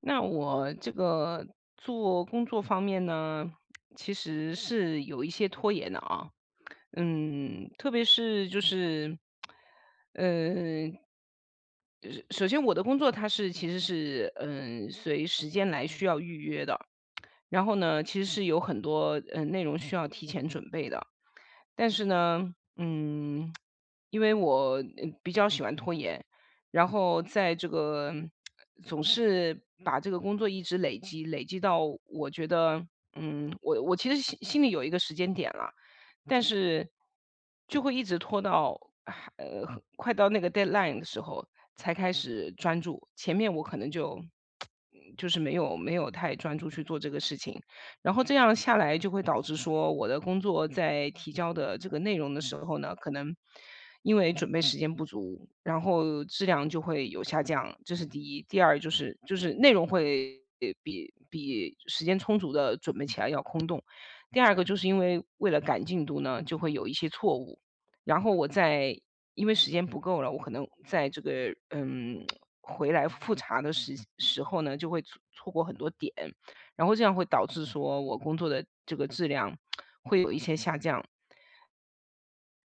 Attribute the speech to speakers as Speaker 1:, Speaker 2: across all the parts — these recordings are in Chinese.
Speaker 1: 那我做工作方面呢，其实是有一些拖延的啊。特别是就是，嗯，呃首先我的工作它是其实是随时间来需要预约的，然后呢，其实是有很多内容需要提前准备的，但是呢，嗯，因为我比较喜欢拖延，然后在这个总是把这个工作一直累积到我觉得，我其实心里有一个时间点了。但是就会一直拖到，啊呃，快到那个 deadline 的时候才开始专注。前面我可能就就是没有太专注去做这个事情，然后这样下来就会导致说，我的工作在提交的这个内容的时候呢，可能因为准备时间不足，然后质量就会有下降，这是第一。第二就是内容会比时间充足的准备起来要空洞。第二个就是因为为了赶进度呢，就会有一些错误。然后因为时间不够了，我可能在这个回来复查的时候呢，就会错过很多点，然后这样会导致说我工作的这个质量会有一些下降。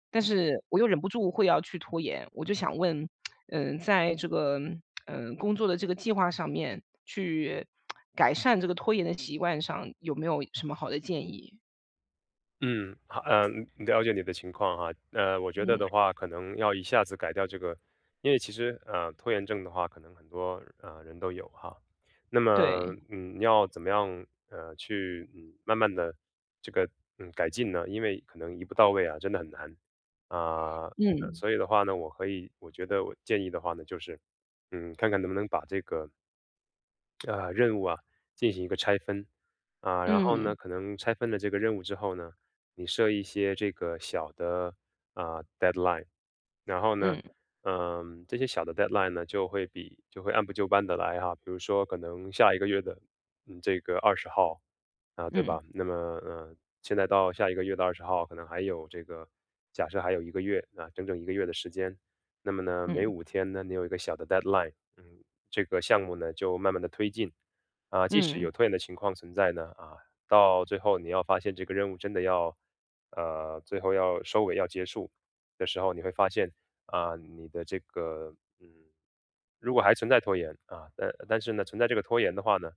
Speaker 1: 但是我又忍不住会要去拖延，我就想问，在这个工作的这个计划上面，去改善这个拖延的习惯上，有没有什么好的建议？
Speaker 2: 嗯，好，了解你的情况哈，我觉得
Speaker 1: 嗯，
Speaker 2: 的话，可能要一下子改掉这个。因为其实拖延症的话，可能很多人都有哈。那么，
Speaker 1: 对。
Speaker 2: 要怎么样去慢慢的这个改进呢？因为可能一步到位啊，真的很难啊。
Speaker 1: 嗯，
Speaker 2: 所以的话呢，我可以，我觉得我建议的话呢，就是看看能不能把这个任务啊，进行一个拆分。啊，然后呢，
Speaker 1: 嗯，
Speaker 2: 可能拆分了这个任务之后呢，你设一些这个小的deadline，然后呢，
Speaker 1: 嗯，
Speaker 2: 这些小的 deadline 呢，就会按部就班的来哈。比如说可能下一个月的这个二十号啊，对
Speaker 1: 嗯，
Speaker 2: 吧？那么现在到下一个月的二十号，可能还有假设还有一个月啊，整整一个月的时间。那么呢，每
Speaker 1: 嗯，
Speaker 2: 五天呢，你有一个小的 deadline，这个项目呢，就慢慢的推进。啊，即使
Speaker 1: 嗯，嗯，
Speaker 2: 有拖延的情况存在呢，啊，到最后你要发现这个任务真的要最后要收尾要结束的时候，你会发现，啊，你的这个如果还存在拖延啊，但是呢，存在这个拖延的话呢，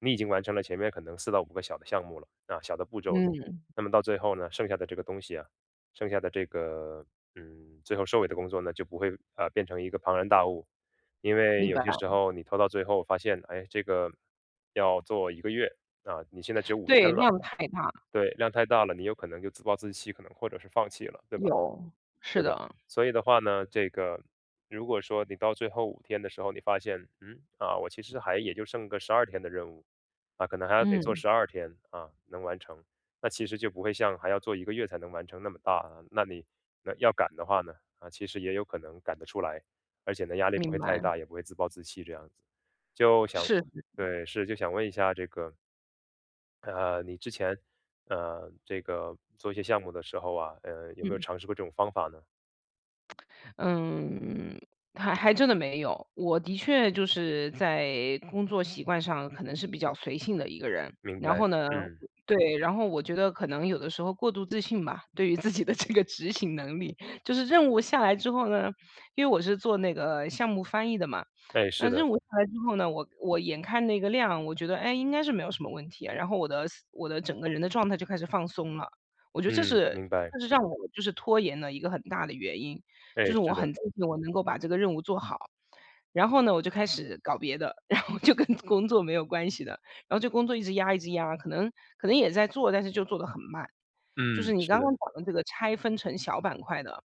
Speaker 2: 你已经完成了前面可能4到5个小的项目了，啊，小的步骤了。
Speaker 1: 嗯，
Speaker 2: 那么到最后呢，剩下的这个东西啊，剩下的这个，最后收尾的工作呢，就不会，啊变成一个庞然大物。因为
Speaker 1: 明
Speaker 2: 有
Speaker 1: 白，
Speaker 2: 些时候你拖到最后发现，哎，这个要做一个月，啊，你现在只有五天
Speaker 1: 对，
Speaker 2: 了，
Speaker 1: 量太大，
Speaker 2: 对，量太大了，你有可能就自暴自弃，可能或者是放弃了，对吧？
Speaker 1: 有，是的，
Speaker 2: 所以的话呢，这个如果说你到最后五天的时候，你发现，啊，我其实还也就剩个十二天的任务，啊，可能还要得做
Speaker 1: 嗯，
Speaker 2: 十二天，啊，能完成。那其实就不会像还要做一个月才能完成那么大啊，那要赶的话呢，啊，其实也有可能赶得出来，而且呢，压力不
Speaker 1: 明
Speaker 2: 会太
Speaker 1: 白，
Speaker 2: 大，也不会自暴自弃这样子。就想
Speaker 1: 是，
Speaker 2: 对，是，就想问一下这个。你之前，这个做一些项目的时候啊，有没有
Speaker 1: 嗯。
Speaker 2: 尝试过这种方法呢？
Speaker 1: 嗯，还真的没有。我的确就是在工作习惯上可能是比较随性的一个人，
Speaker 2: 明
Speaker 1: 然
Speaker 2: 白。
Speaker 1: 后呢，
Speaker 2: 嗯。
Speaker 1: 对，然后我觉得可能有的时候过度自信吧，对于自己的这个执行能力，就是任务下来之后呢，因为我是做那个项目翻译的嘛，
Speaker 2: 哎，
Speaker 1: 那
Speaker 2: 是的。
Speaker 1: 任务下来之后呢，我眼看那个量，我觉得，哎，应该是没有什么问题啊，然后我的整个人的状态就开始放松了。我觉得
Speaker 2: 嗯，明白。
Speaker 1: 这是让我就是拖延的一个很大的原因。就
Speaker 2: 哎，
Speaker 1: 是我
Speaker 2: 是的。
Speaker 1: 很自信我能够把这个任务做好。然后呢，我就开始搞别的，然后就跟工作没有关系的，然后这工作一直压一直压，可能也在做，但是就做得很慢。就是
Speaker 2: 嗯，
Speaker 1: 你
Speaker 2: 是
Speaker 1: 刚刚
Speaker 2: 的。
Speaker 1: 讲的这个拆分成小板块的，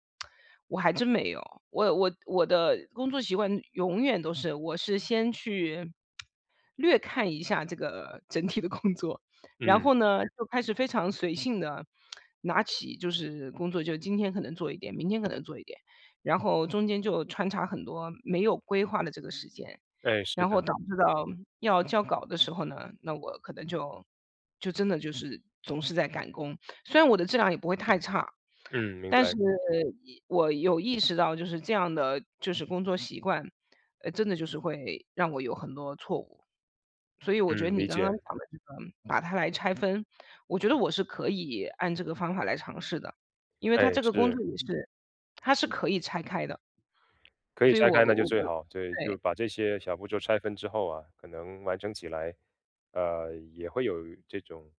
Speaker 1: 我还真没有。我我的工作习惯永远都是，我是先去略看一下这个整体的工作，然
Speaker 2: 嗯。
Speaker 1: 后呢，就开始非常随性的拿起就是工作，就今天可能做一点，明天可能做一点，然后中间就穿插很多没有规划的这个时间。
Speaker 2: 哎，是
Speaker 1: 然后
Speaker 2: 的。
Speaker 1: 导致到要交稿的时候呢，那我可能就真的就是总是在赶工。虽然我的质量也不会太差，
Speaker 2: 嗯，明
Speaker 1: 但
Speaker 2: 白。
Speaker 1: 是我有意识到就是这样的工作习惯，真的就是会让我有很多错误。所以我觉得
Speaker 2: 嗯，
Speaker 1: 你
Speaker 2: 理
Speaker 1: 刚刚
Speaker 2: 解。
Speaker 1: 讲的这个把它来拆分，我觉得我是可以按这个方法来尝试的，因为
Speaker 2: 哎，
Speaker 1: 它这个工
Speaker 2: 是。
Speaker 1: 作也是它是可以拆开的，
Speaker 2: 可以
Speaker 1: 所以
Speaker 2: 拆
Speaker 1: 我
Speaker 2: 开那就
Speaker 1: 我
Speaker 2: 最
Speaker 1: 我
Speaker 2: 好，对，就
Speaker 1: 对。
Speaker 2: 把这些小步骤拆分之后啊，可能完成起来，也会有这种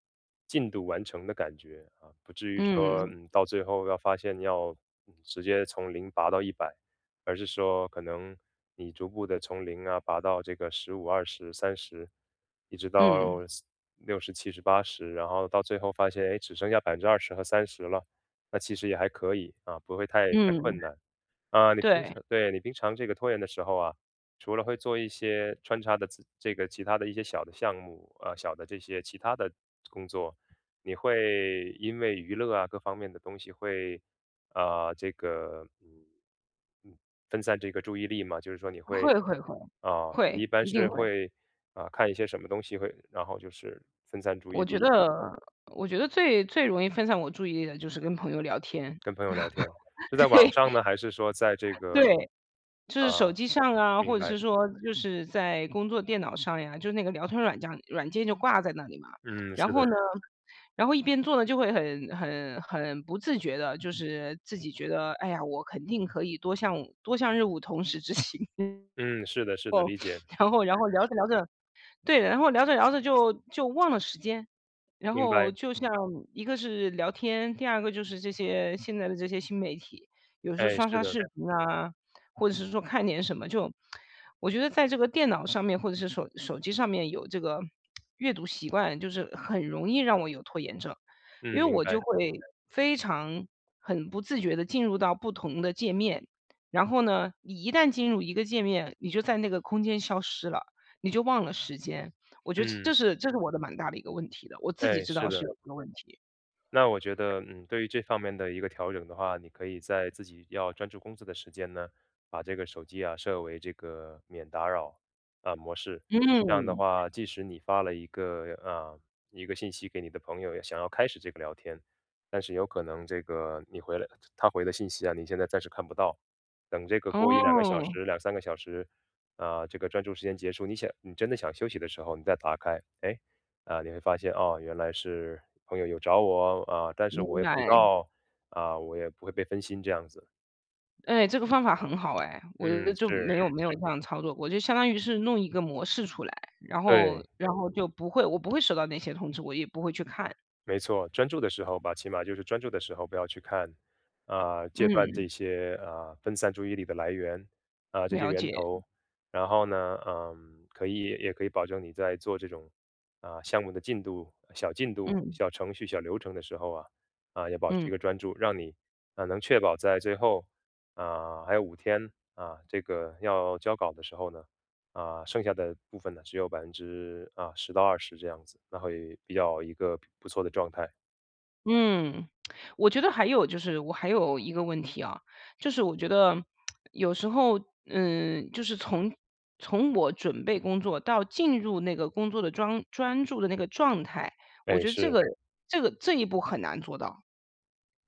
Speaker 2: 进度完成的感觉啊，不至于说，
Speaker 1: 嗯，
Speaker 2: 到最后要发现要直接从零拔到100，而是说可能你逐步的从零啊拔到这个15、20、30，一直到
Speaker 1: 嗯。
Speaker 2: 60、70、80，然后到最后发现，哎，只剩下20%和30%了，那其实也还可以啊，不会太
Speaker 1: 嗯，
Speaker 2: 困难。啊，你平
Speaker 1: 对，
Speaker 2: 常对，你平常这个拖延的时候啊，除了会做一些穿插的这个其他的一些小的项目，啊，小的这些其他的工作，你会因为娱乐啊各方面的东西会，啊、这个嗯分散这个注意力嘛？就是说
Speaker 1: 会会会，会，
Speaker 2: 你一般
Speaker 1: 一定
Speaker 2: 是
Speaker 1: 会。
Speaker 2: 会啊、看一些什么东西会，然后就是分散注意
Speaker 1: 我觉
Speaker 2: 力。
Speaker 1: 得我觉得最容易分散我注意力的就是跟朋友聊天，
Speaker 2: 跟朋友聊天，是在 网
Speaker 1: 对，
Speaker 2: 上呢，还是说在这
Speaker 1: 对，
Speaker 2: 个
Speaker 1: 就
Speaker 2: 啊、
Speaker 1: 是手机上啊，
Speaker 2: 明
Speaker 1: 或者
Speaker 2: 白？
Speaker 1: 是说就是在工作电脑上呀，就是那个聊天软件就挂在那里嘛。
Speaker 2: 嗯，
Speaker 1: 然
Speaker 2: 是的。
Speaker 1: 后呢，然后一边做呢，就会很不自觉的，就是自己觉得，哎呀，我肯定可以多项任务同时执行。
Speaker 2: 嗯，是的是的，理解。
Speaker 1: 然后聊着聊着，对，然后聊着聊着就忘了时间。然
Speaker 2: 明白。
Speaker 1: 后就像一个是聊天，第二个就是这些现在的这些新媒体，有时候
Speaker 2: 哎，
Speaker 1: 刷
Speaker 2: 是
Speaker 1: 刷
Speaker 2: 的。
Speaker 1: 视频啊，或者是说看点什么，就我觉得在这个电脑上面或者是手机上面有这个阅读习惯，就是很容易让我有拖延症。因
Speaker 2: 嗯，
Speaker 1: 为
Speaker 2: 明
Speaker 1: 我就
Speaker 2: 白。
Speaker 1: 会非常很不自觉的进入到不同的界面，然后呢，你一旦进入一个界面，你就在那个空间消失了，你就忘了时间。我觉得
Speaker 2: 嗯。
Speaker 1: 这是我的蛮大的一个问题的，我自己
Speaker 2: 哎，
Speaker 1: 知道
Speaker 2: 是
Speaker 1: 是
Speaker 2: 的。
Speaker 1: 有这个问题。
Speaker 2: 那我觉得，对于这方面的一个调整的话，你可以在自己要专注工作的时间呢，把这个手机啊设为这个免打扰啊模式。这样的
Speaker 1: 嗯，
Speaker 2: 话，即使你发了一个信息给你的朋友，想要开始这个聊天，但是有可能这个你回来他回的信息啊，你现在暂时看不到。等这个过一两个小
Speaker 1: 哦，
Speaker 2: 时、两三个小时，啊，这个专注时间结束，你真的想休息的时候，你再打开，哎，啊，你会发现，哦，原来是朋友有找我，啊，但是
Speaker 1: 明
Speaker 2: 我也不知
Speaker 1: 白。
Speaker 2: 道，啊，我也不会被分心这样子。
Speaker 1: 哎，这个方法很好哎，我
Speaker 2: 嗯，
Speaker 1: 就
Speaker 2: 是，
Speaker 1: 没有这样操作过，就相当于是弄一个模式出来，然后
Speaker 2: 对。
Speaker 1: 然后就不会我不会收到那些通知，我也不会去看。
Speaker 2: 没错，专注的时候吧，起码就是专注的时候不要去看，啊、戒断
Speaker 1: 嗯，
Speaker 2: 这些啊、分散注意力的来源啊、这些
Speaker 1: 了
Speaker 2: 源
Speaker 1: 解，
Speaker 2: 头。然后呢，也可以保证你在做这种啊、项目的进度、小进度、
Speaker 1: 嗯，
Speaker 2: 小程序、小流程的时候啊、也保持
Speaker 1: 嗯。
Speaker 2: 一个专注，让你啊、能确保在最后啊、还有五天啊、这个要交稿的时候呢，啊，剩下的部分呢，只有百分之十到二十这样子，那会比较一个不错的状态。
Speaker 1: 嗯，我觉得还有就是我还有一个问题啊，就是我觉得有时候，就是从我准备工作到进入那个工作的专注的那个状态，我
Speaker 2: 哎，
Speaker 1: 觉得这
Speaker 2: 是。
Speaker 1: 个这一步很难做到。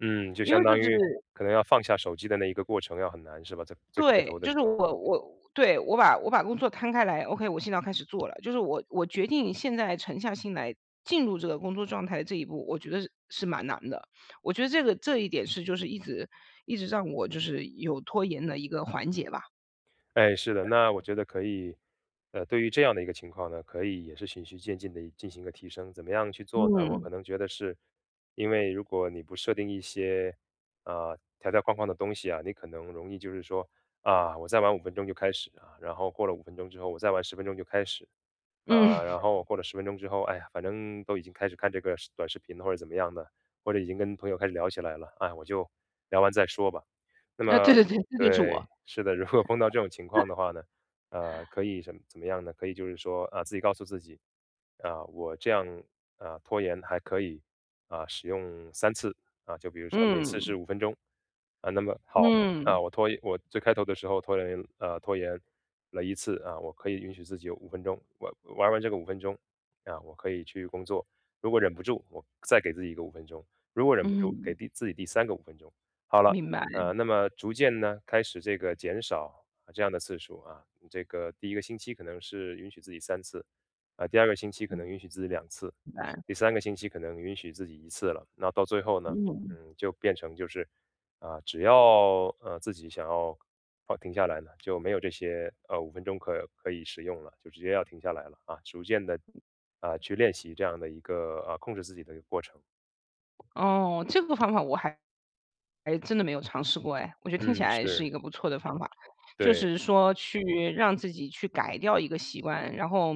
Speaker 2: 嗯，就
Speaker 1: 因为
Speaker 2: 相
Speaker 1: 就
Speaker 2: 当
Speaker 1: 是
Speaker 2: 于可能要放下手机的那一个过程要很难，是吧？在最开
Speaker 1: 对，
Speaker 2: 头的
Speaker 1: 就
Speaker 2: 时
Speaker 1: 是
Speaker 2: 候。
Speaker 1: 我对，我把工作摊开来，OK，我现在要开始做了。就是我决定现在沉下心来进入这个工作状态的这一步，我觉得是蛮难的。我觉得这个这一点是就是一直一直让我就是有拖延的一个环节吧。
Speaker 2: 哎，是的。那我觉得可以，对于这样的一个情况呢，可以也是循序渐进的进行一个提升。怎么样去做呢？我
Speaker 1: 嗯，
Speaker 2: 可能觉得是，因为如果你不设定一些啊、条条框框的东西啊，你可能容易就是说啊，我再玩五分钟就开始啊，然后过了五分钟之后，我再玩十分钟就开始，
Speaker 1: 嗯，
Speaker 2: 啊，然后或者十分钟之后，哎呀，反正都已经开始看这个短视频或者怎么样的，或者已经跟朋友开始聊起来了，哎，我就聊完再说吧。那
Speaker 1: 啊，
Speaker 2: 么
Speaker 1: 对对对，这就是我。
Speaker 2: 对，是的，如果碰到这种情况的话呢，可以怎么样呢？可以就是说，啊，自己告诉自己，啊，我这样，啊，拖延还可以，啊，使用三次，啊，就比如说每次是
Speaker 1: 嗯，
Speaker 2: 五分钟，啊，那么好，啊，
Speaker 1: 嗯，
Speaker 2: 我拖延我最开头的时候拖延，拖延了一次啊，我可以允许自己有五分钟，玩完这个五分钟啊，我可以去工作。如果忍不住，我再给自己一个五分钟；如果忍不住，
Speaker 1: 嗯，
Speaker 2: 给自己第三个五分钟。好了，
Speaker 1: 明白，
Speaker 2: 那么逐渐呢，开始这个减少啊这样的次数啊。这个第一个星期可能是允许自己三次，啊，第二个星期可能
Speaker 1: 明
Speaker 2: 允许自己2次，
Speaker 1: 白，
Speaker 2: 第三个星期可能允许自己一次了。那到最后呢，
Speaker 1: 嗯。
Speaker 2: 就变成就是啊，只要自己想要停下来呢，就没有这些五分钟可以使用了，就直接要停下来了啊，逐渐的啊去练习这样的一个啊控制自己的一个过程。
Speaker 1: 哦，这个方法我还真的没有尝试过哎，我觉得听起
Speaker 2: 嗯，
Speaker 1: 来是一
Speaker 2: 是，
Speaker 1: 个不错的方法。就
Speaker 2: 对
Speaker 1: 是说去让自己去改掉一个习惯，然后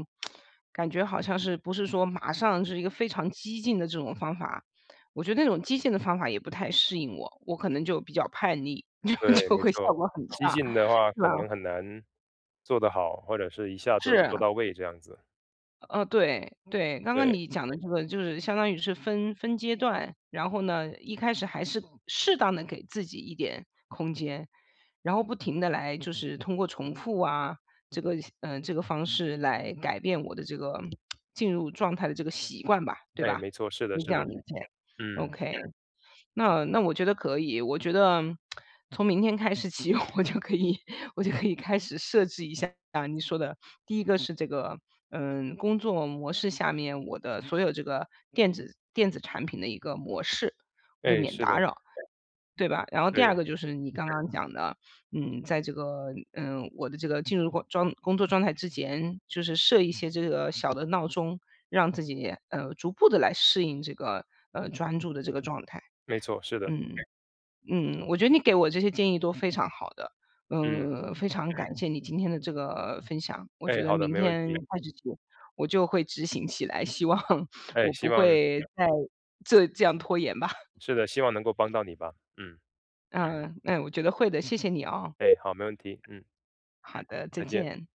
Speaker 1: 感觉好像是不是说马上是一个非常激进的这种方法，我觉得那种激进的方法也不太适应我，我可能就比较叛逆，就
Speaker 2: 对，
Speaker 1: 就
Speaker 2: 没
Speaker 1: 会效
Speaker 2: 错，
Speaker 1: 果很
Speaker 2: 激
Speaker 1: 差，
Speaker 2: 进的话
Speaker 1: 是吧？
Speaker 2: 可能很难做得好，或者是一下子做
Speaker 1: 是。
Speaker 2: 到位这样子。
Speaker 1: 对对，刚刚
Speaker 2: 对。
Speaker 1: 你讲的这个就是相当于是分阶段，然后呢，一开始还是适当的给自己一点空间，然后不停的来就是通过重复啊，这个这个方式来改变我的这个进入状态的这个习惯吧，对
Speaker 2: 哎，
Speaker 1: 吧？
Speaker 2: 没错，是的，
Speaker 1: 是
Speaker 2: 是
Speaker 1: 这样
Speaker 2: 的。
Speaker 1: 理解。
Speaker 2: 嗯。
Speaker 1: OK，那我觉得可以，我觉得从明天开始起，我就可以开始设置一下你说的，第一个是这个，嗯，工作模式下面我的所有这个电子产品的一个模式，就
Speaker 2: 哎，
Speaker 1: 免
Speaker 2: 是的。
Speaker 1: 打扰，对吧？然后第二
Speaker 2: 对，
Speaker 1: 个就是你刚刚讲的，嗯，在这个，我的这个进入工作状态之前，就是设一些这个小的闹钟，让自己，逐步的来适应这个，专注的这个状态，
Speaker 2: 没错，是的。
Speaker 1: 嗯。我觉得你给我这些建议都非常好的，
Speaker 2: 嗯。
Speaker 1: 非常感谢你今天的这个分享。我觉
Speaker 2: 哎，
Speaker 1: 得
Speaker 2: 好的，
Speaker 1: 明
Speaker 2: 没问
Speaker 1: 天
Speaker 2: 题。
Speaker 1: 开始起我就会执行起来，希望
Speaker 2: 哎，
Speaker 1: 我
Speaker 2: 希
Speaker 1: 不
Speaker 2: 望
Speaker 1: 会再这样拖延吧。
Speaker 2: 是的，希望能够帮到你吧。嗯。
Speaker 1: 嗯，那我觉得会的，谢谢你哦。
Speaker 2: 哎，好，没问题。嗯。
Speaker 1: 好的，再
Speaker 2: 再见。
Speaker 1: 见。